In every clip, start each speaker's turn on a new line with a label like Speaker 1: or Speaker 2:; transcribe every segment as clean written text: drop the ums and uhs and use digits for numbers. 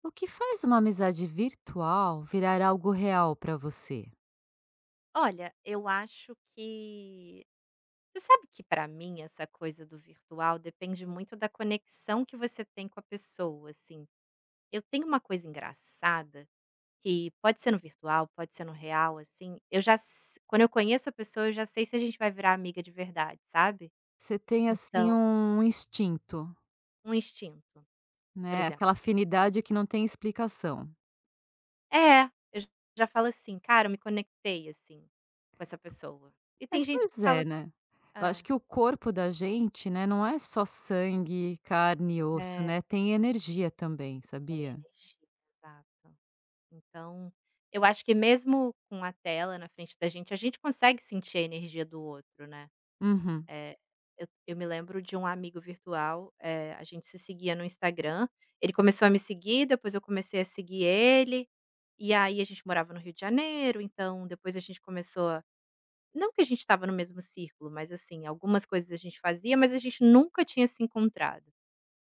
Speaker 1: O que faz uma amizade virtual virar algo real para você?
Speaker 2: Olha, eu acho que você sabe que para mim essa coisa do virtual depende muito da conexão que você tem com a pessoa, assim. Eu tenho uma coisa engraçada que pode ser no virtual, pode ser no real, assim, eu já s quando eu conheço a pessoa, eu já sei se a gente vai virar amiga de verdade, sabe.
Speaker 1: Você tem, assim,
Speaker 2: Então,
Speaker 1: um instinto,
Speaker 2: um instinto, por
Speaker 1: né,
Speaker 2: exemplo.
Speaker 1: aquela afinidade que não tem explicação.
Speaker 2: É, eu j já falo assim: "Cara, eu me conectei, assim, com essa pessoa". E tem
Speaker 1: Mas
Speaker 2: gente que
Speaker 1: pois
Speaker 2: fala
Speaker 1: é,
Speaker 2: assi
Speaker 1: né, eu acho
Speaker 2: é,
Speaker 1: que o corpo da gente, né, não é só sangue, carne e osso,
Speaker 2: é,
Speaker 1: né, tem energia também,
Speaker 2: tem
Speaker 1: sabia?
Speaker 2: energia, exato. Então, eu acho que mesmo com a tela na frente da gente, a gente consegue sentir a energia do outro, né.
Speaker 1: Uhum.
Speaker 2: Eh, eu me lembro de um amigo virtual, a gente se seguia no Instagram, ele começou a me seguir, depois eu comecei a seguir ele, e aí a gente morava no Rio de Janeiro, então depois a gente começou a não que a gente estava no mesmo círculo, mas assim, algumas coisas a gente fazia, mas a gente nunca tinha se encontrado.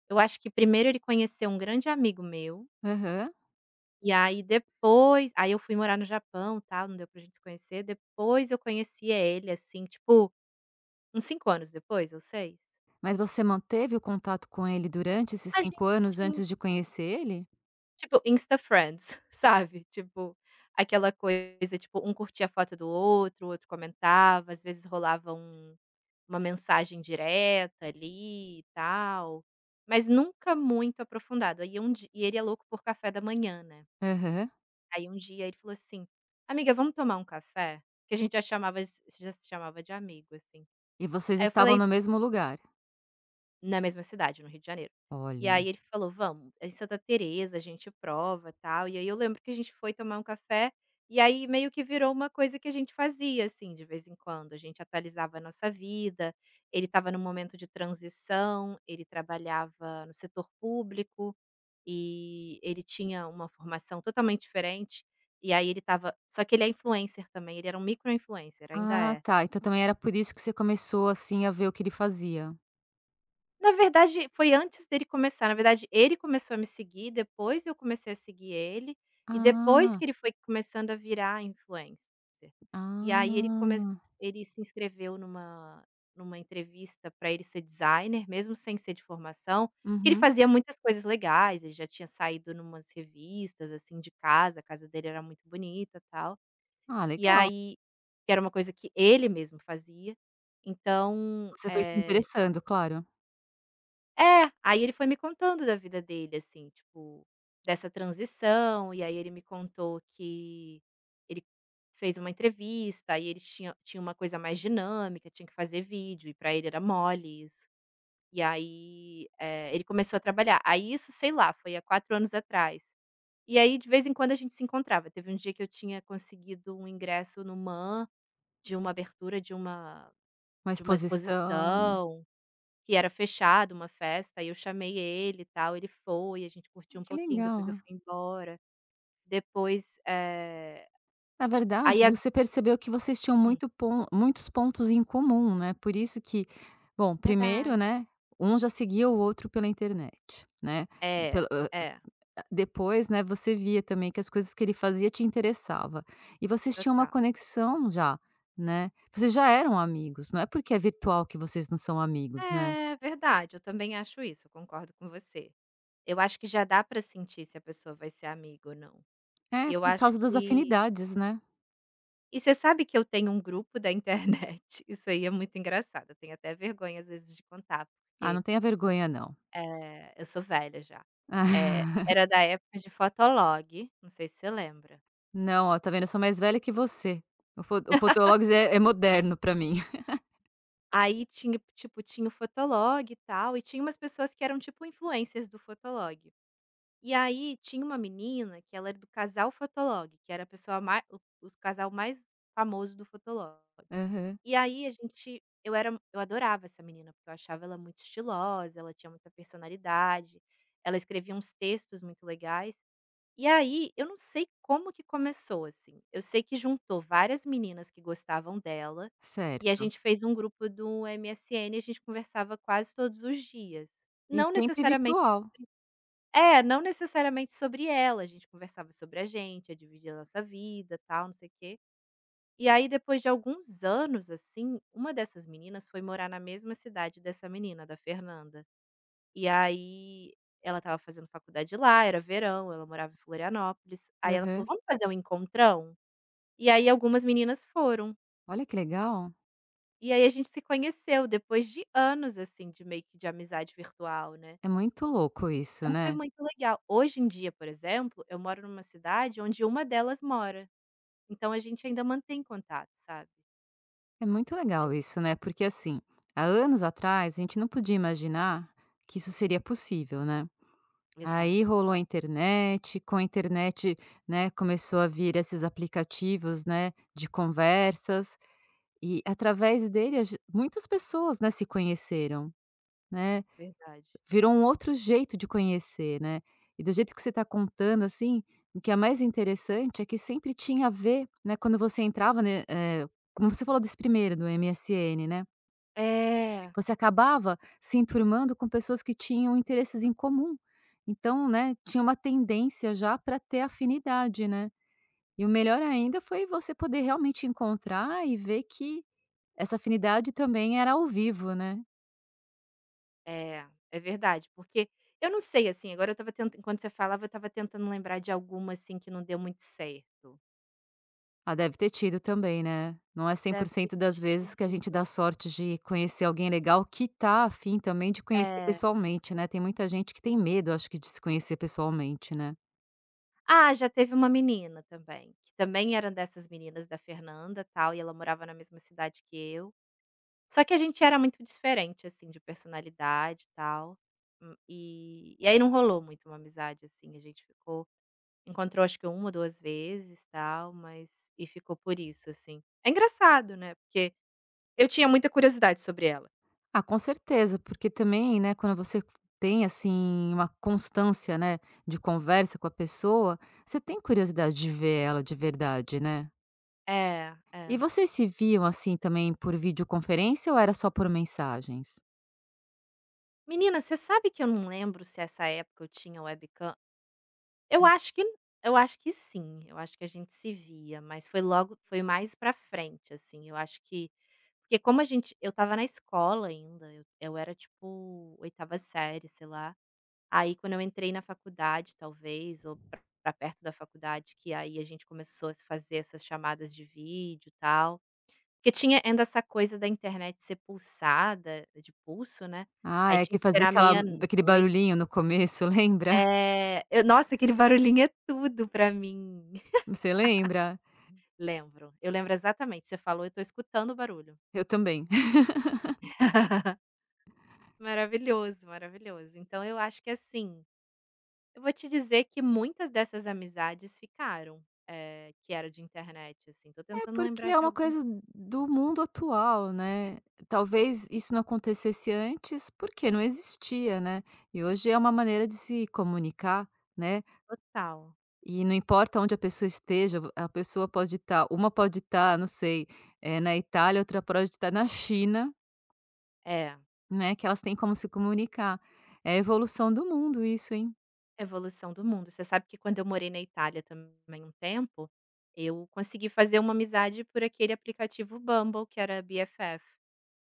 Speaker 2: Eu acho que primeiro ele conheceu um grande amigo meu,
Speaker 1: Aham.
Speaker 2: e aí depois aí eu fui morar no Japão, tal, não deu pra gente se conhecer, depois eu conhecia ele, assim, tipo, uns 5 anos depois ou 6.
Speaker 1: Mas você manteve o contato com ele durante esses
Speaker 2: A
Speaker 1: 5
Speaker 2: gente
Speaker 1: anos
Speaker 2: tinha,
Speaker 1: antes de conhecer ele?
Speaker 2: tipo, Insta Friends, sabe, tipo, aquela coisa, tipo, um curtia a foto do outro, o outro comentava, às vezes rolava uma mensagem direta ali e tal, mas nunca muito aprofundado. Aí um di E ele é louco por café da manhã, né.
Speaker 1: Aham.
Speaker 2: Aí um dia ele falou assim: "Amiga, vamos tomar um café?" Que a gente já chamava s já se chamava de amigo, assim.
Speaker 1: E vocês
Speaker 2: Aí eu
Speaker 1: estavam
Speaker 2: falei
Speaker 1: no mesmo lugar?
Speaker 2: na mesma cidade, no Rio de Janeiro. E
Speaker 1: Olha.
Speaker 2: aí ele falou: "Vamos, é em Santa Teresa, a gente prova, tal". E aí eu lembro que a gente foi tomar um café, e aí meio que virou uma coisa que a gente fazia, assim, de vez em quando. A gente atualizava a nossa vida, ele estava num momento de transição, ele trabalhava no setor público. E ele tinha uma formação totalmente diferente, e aí ele estava só que ele é influencer também, ele era um micro-influencer, ainda
Speaker 1: Ah,
Speaker 2: é.
Speaker 1: tá. Então também era por isso que você começou, assim, a ver o que ele fazia.
Speaker 2: Na verdade, foi antes dele começar, na verdade ele começou a me seguir, depois eu comecei a seguir ele, e depois
Speaker 1: Ah,
Speaker 2: que ele foi começando a virar influencer. E aí ele come
Speaker 1: ah.
Speaker 2: Ele se inscreveu numa entrevista para ele ser designer, mesmo sem ser de formação, porque ele
Speaker 1: Uhum.
Speaker 2: fazia muitas coisas legais, ele já tinha saído numas revistas, assim, de casa, a casa dele era muito bonita, tal.
Speaker 1: Ah,
Speaker 2: E
Speaker 1: legal.
Speaker 2: aí que era uma coisa que ele mesmo fazia. Então,
Speaker 1: Você foi se interessando, claro.
Speaker 2: é, aí ele foi me contando da vida dele, assim, tipo, dessa transição, e aí ele me contou que ele fez uma entrevista, e ele tinha uma coisa mais dinâmica, tinha que fazer vídeo, e pra ele era mole isso. E aí, ele começou a trabalhar. Aí isso, sei lá, foi há 4 anos atrás. E aí de vez em quando a gente se encontrava. Teve um dia que eu tinha conseguido um ingresso no MAM de uma abertura
Speaker 1: Uma
Speaker 2: de uma
Speaker 1: exposição.
Speaker 2: exposição. Que era fechado, uma festa, aí eu chamei ele e tal, ele foi, a gente
Speaker 1: Ai,
Speaker 2: curtiu um
Speaker 1: que
Speaker 2: pouquinho,
Speaker 1: legal.
Speaker 2: depois eu fui embora. Depois,
Speaker 1: Na verdade,
Speaker 2: aí a
Speaker 1: você percebeu que vocês tinham
Speaker 2: hum,
Speaker 1: muitos pontos em comum, né, por isso que bom, primeiro,
Speaker 2: verdade.
Speaker 1: né, um já seguia o outro pela internet, né.
Speaker 2: É, é,
Speaker 1: Depois, né, você via também que as coisas que ele fazia te interessava. E vocês tinham uma
Speaker 2: total.
Speaker 1: conexão já, né. Vocês já eram amigos, não é porque é virtual que vocês não são amigos, né.
Speaker 2: É verdade, eu também acho isso, eu concordo com você. Eu acho que já dá pra sentir se a pessoa vai ser amiga ou não.
Speaker 1: É,
Speaker 2: E eu
Speaker 1: por
Speaker 2: acho
Speaker 1: causa das
Speaker 2: que
Speaker 1: afinidades, né.
Speaker 2: e você sabe que eu tenho um grupo da internet, isso aí é muito engraçado, eu tenho até vergonha às vezes de contar,
Speaker 1: Ah, não
Speaker 2: porque
Speaker 1: tenha vergonha não.
Speaker 2: é, eu sou velha já. Era da época de fotolog, não sei se você lembra.
Speaker 1: Não, ó, tá vendo, eu sou mais velha que você. O Fotologs é é moderno pra mim.
Speaker 2: Aí tinha, tipo, tinha o fotolog e tal, e tinha umas pessoas que eram tipo influencers do fotolog. E aí tinha uma menina que ela era do casal fotolog, que era a pessoa mais, o casal mais famoso do fotolog.
Speaker 1: Aham.
Speaker 2: E aí a gente eu era eu adorava essa menina, porque eu achava ela muito estilosa, ela tinha muita personalidade, ela escrevia uns textos muito legais. E aí, eu não sei como que começou, assim. Eu sei que juntou várias meninas que gostavam dela, e a
Speaker 1: Certo.
Speaker 2: gente fez um grupo do MSN, e a gente conversava quase todos os dias.
Speaker 1: E
Speaker 2: Não
Speaker 1: sempre
Speaker 2: necessariamente
Speaker 1: virtual.
Speaker 2: é, não necessariamente sobre ela, a gente conversava sobre a gente, a dividir a nossa vida, tal, não sei o quê. E aí, depois de alguns anos, assim, uma dessas meninas foi morar na mesma cidade dessa menina, da Fernanda. E aí ela estava fazendo faculdade lá, era verão, ela morava em Florianópolis. Aí ela falou:
Speaker 1: Aham.
Speaker 2: "Vamos fazer um encontrão?". E aí algumas meninas foram.
Speaker 1: Olha que legal.
Speaker 2: E aí a gente se conheceu depois de anos, assim, de meio que de amizade virtual, né.
Speaker 1: É muito louco isso,
Speaker 2: Então foi
Speaker 1: né.
Speaker 2: muito legal. Hoje em dia, por exemplo, eu moro numa cidade onde uma delas mora, então a gente ainda mantém contato, sabe.
Speaker 1: É muito legal isso, né, porque assim, há anos atrás a gente não podia imaginar que isso seria possível, né. Aí
Speaker 2: Exato,
Speaker 1: rolou a internet, com a internet, né, começou a vir esses aplicativos, né, de conversas, e através dele a gen muitas pessoas, né, se conheceram, né,
Speaker 2: verdade.
Speaker 1: virou um outro jeito de conhecer, né. E do jeito que você está contando, assim, o que é mais interessante é que sempre tinha a ver, né, quando você entrava, né, como você falou desse primeiro, do MSN, né.
Speaker 2: É.
Speaker 1: Você acabava se enturmando com pessoas que tinham interesses em comum. Então, né, tinha uma tendência já para ter afinidade, né. E o melhor ainda foi você poder realmente encontrar e ver que essa afinidade também era ao vivo, né.
Speaker 2: É, é verdade, porque eu não sei, assim, agora eu estava tentando, enquanto você falava, eu estava tentando lembrar de alguma, assim, que não deu muito certo.
Speaker 1: Ah, deve ter tido também, né. Não é cem por
Speaker 2: Deve
Speaker 1: cento das vezes
Speaker 2: ter
Speaker 1: que a gente dá
Speaker 2: tido,
Speaker 1: sorte de conhecer alguém legal que tá afim também de conhecer
Speaker 2: é.
Speaker 1: pessoalmente, né. Tem muita gente que tem medo, acho que, de se conhecer pessoalmente, né.
Speaker 2: Ah, já teve uma menina também, que também era dessas meninas da Fernanda, tal, e ela morava na mesma cidade que eu. Só que a gente era muito diferente, assim, de personalidade, e tal, e aí não rolou muito uma amizade, assim, a gente ficou encontrou acho que uma ou 2 vezes, tal, mas e ficou por isso, assim. É engraçado, né, porque eu tinha muita curiosidade sobre ela.
Speaker 1: Ah, com certeza, porque também, né, quando você tem assim uma constância, né, de conversa com a pessoa, você tem curiosidade de ver ela de verdade, né?
Speaker 2: É,
Speaker 1: E
Speaker 2: é.
Speaker 1: vocês se viam assim também por videoconferência ou era só por mensagens?
Speaker 2: Menina, você sabe que eu não lembro se essa época eu tinha webcam. Eu acho que eu acho que sim, eu acho que a gente se via, mas foi mais pra frente, assim, eu acho que porque como a gente eu estava na escola ainda, eu era tipo oitava série, sei lá. Aí quando eu entrei na faculdade, talvez, ou pra perto da faculdade, que aí a gente começou a se fazer essas chamadas de vídeo, e tal. Porque tinha ainda essa coisa da internet ser pulsada, de pulso, né,
Speaker 1: Ah,
Speaker 2: aí
Speaker 1: é
Speaker 2: tinha
Speaker 1: que
Speaker 2: que
Speaker 1: fazia
Speaker 2: esperar
Speaker 1: aquela aquele
Speaker 2: meia-noite.
Speaker 1: barulhinho no começo, lembra?
Speaker 2: É, eu nossa, aquele barulhinho é tudo pra mim.
Speaker 1: Você lembra?
Speaker 2: Lembro, eu lembro exatamente, você falou, eu tô escutando o barulho.
Speaker 1: Eu também.
Speaker 2: Maravilhoso, maravilhoso. Então eu acho que, assim, eu vou te dizer que muitas dessas amizades ficaram, que era de internet, assim, tô tentando
Speaker 1: Porque
Speaker 2: lembrar
Speaker 1: é
Speaker 2: de
Speaker 1: uma
Speaker 2: algum
Speaker 1: coisa do mundo atual, né. Talvez isso não acontecesse antes, porque não existia, né. E hoje é uma maneira de se comunicar, né,
Speaker 2: total.
Speaker 1: e não importa onde a pessoa esteja, vo- a pessoa pode estar uma pode estar, não sei, eh, na Itália, outra pode estar na China,
Speaker 2: É.
Speaker 1: né, que elas têm como se comunicar. É a evolução do mundo isso, hein.
Speaker 2: Evolução do mundo. Você sabe que quando eu morei na Itália também um tempo, eu consegui fazer uma amizade por aquele aplicativo Bumble que era BFF,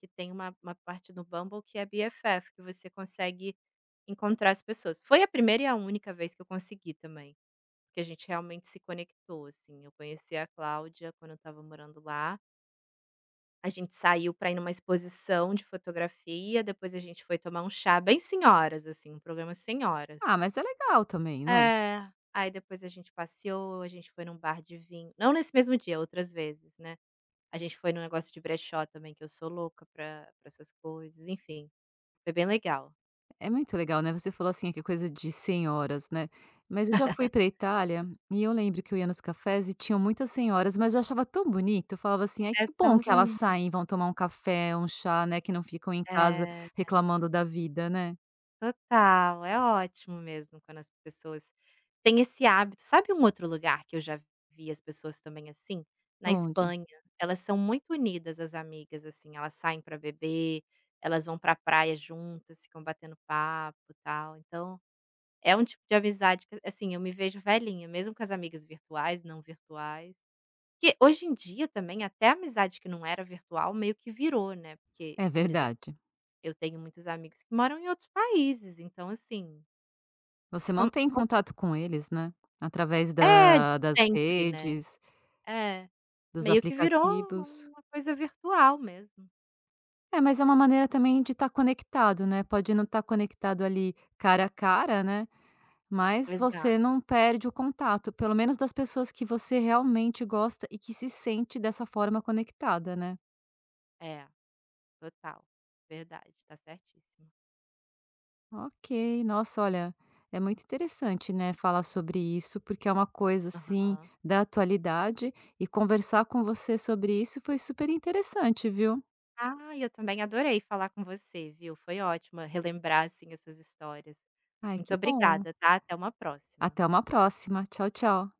Speaker 2: que tem uma parte do Bumble que é BFF, que você consegue encontrar as pessoas. Foi a primeira e a única vez que eu consegui também, que a gente realmente se conectou, assim. Eu conheci a Cláudia quando eu estava morando lá, a gente saiu pra ir numa exposição de fotografia, depois a gente foi tomar um chá bem senhoras, assim, um programa senhoras.
Speaker 1: Ah, mas é legal também, né?
Speaker 2: É. Aí depois a gente passeou, a gente foi num bar de vinho, não nesse mesmo dia, outras vezes, né. A gente foi num negócio de brechó também, que eu sou louca pra pra essas coisas, enfim, foi bem legal.
Speaker 1: É muito legal, né, você falou assim que é coisa de senhoras, né. Mas eu já fui pra Itália, e eu lembro que eu ia nos cafés e tinham muitas senhoras, mas eu achava tão bonito, eu falava assim: "Ai
Speaker 2: É
Speaker 1: que bom
Speaker 2: tão
Speaker 1: que elas
Speaker 2: bonito.
Speaker 1: saem vão tomar um café, um chá, né, que não ficam em casa
Speaker 2: É,
Speaker 1: reclamando da vida, né".
Speaker 2: total, é ótimo mesmo quando as pessoas têm esse hábito. Sabe um outro lugar que eu já vi as pessoas também assim? Na
Speaker 1: Onde?
Speaker 2: Espanha, elas são muito unidas as amigas, assim, elas saem pra beber, elas vão pra praia juntas, ficam batendo papo, e tal, então é um tipo de amizade que, assim, eu me vejo velhinha, mesmo com as amigas virtuais, não virtuais. Que hoje em dia também até a amizade que não era virtual meio que virou, né, porque,
Speaker 1: É
Speaker 2: por exemplo,
Speaker 1: verdade.
Speaker 2: eu tenho muitos amigos que moram em outros países, então assim,
Speaker 1: Você
Speaker 2: como
Speaker 1: mantém
Speaker 2: como
Speaker 1: contato com eles, né, através
Speaker 2: é, de
Speaker 1: da das
Speaker 2: sempre, né.
Speaker 1: redes,
Speaker 2: É,
Speaker 1: dos
Speaker 2: meio que virou
Speaker 1: aplicativos.
Speaker 2: uma coisa virtual mesmo.
Speaker 1: É, mas é uma maneira também de estar conectado, né, pode não estar conectado ali cara a cara, né. Mas você
Speaker 2: Exato.
Speaker 1: não perde o contato, pelo menos das pessoas que você realmente gosta e que se sente dessa forma conectada, né.
Speaker 2: É, total. Verdade, tá certíssimo.
Speaker 1: Ok, nossa, olha, é muito interessante, né, falar sobre isso, porque é uma coisa, assim,
Speaker 2: Aham.
Speaker 1: da atualidade e conversar com você sobre isso foi super interessante, viu.
Speaker 2: Ah, eu também adorei falar com você, viu. Foi ótimo relembrar, assim, essas histórias.
Speaker 1: Ai,
Speaker 2: Muito
Speaker 1: que bom.
Speaker 2: obrigada, tá. Até uma próxima.
Speaker 1: Até uma próxima. Tchau, tchau.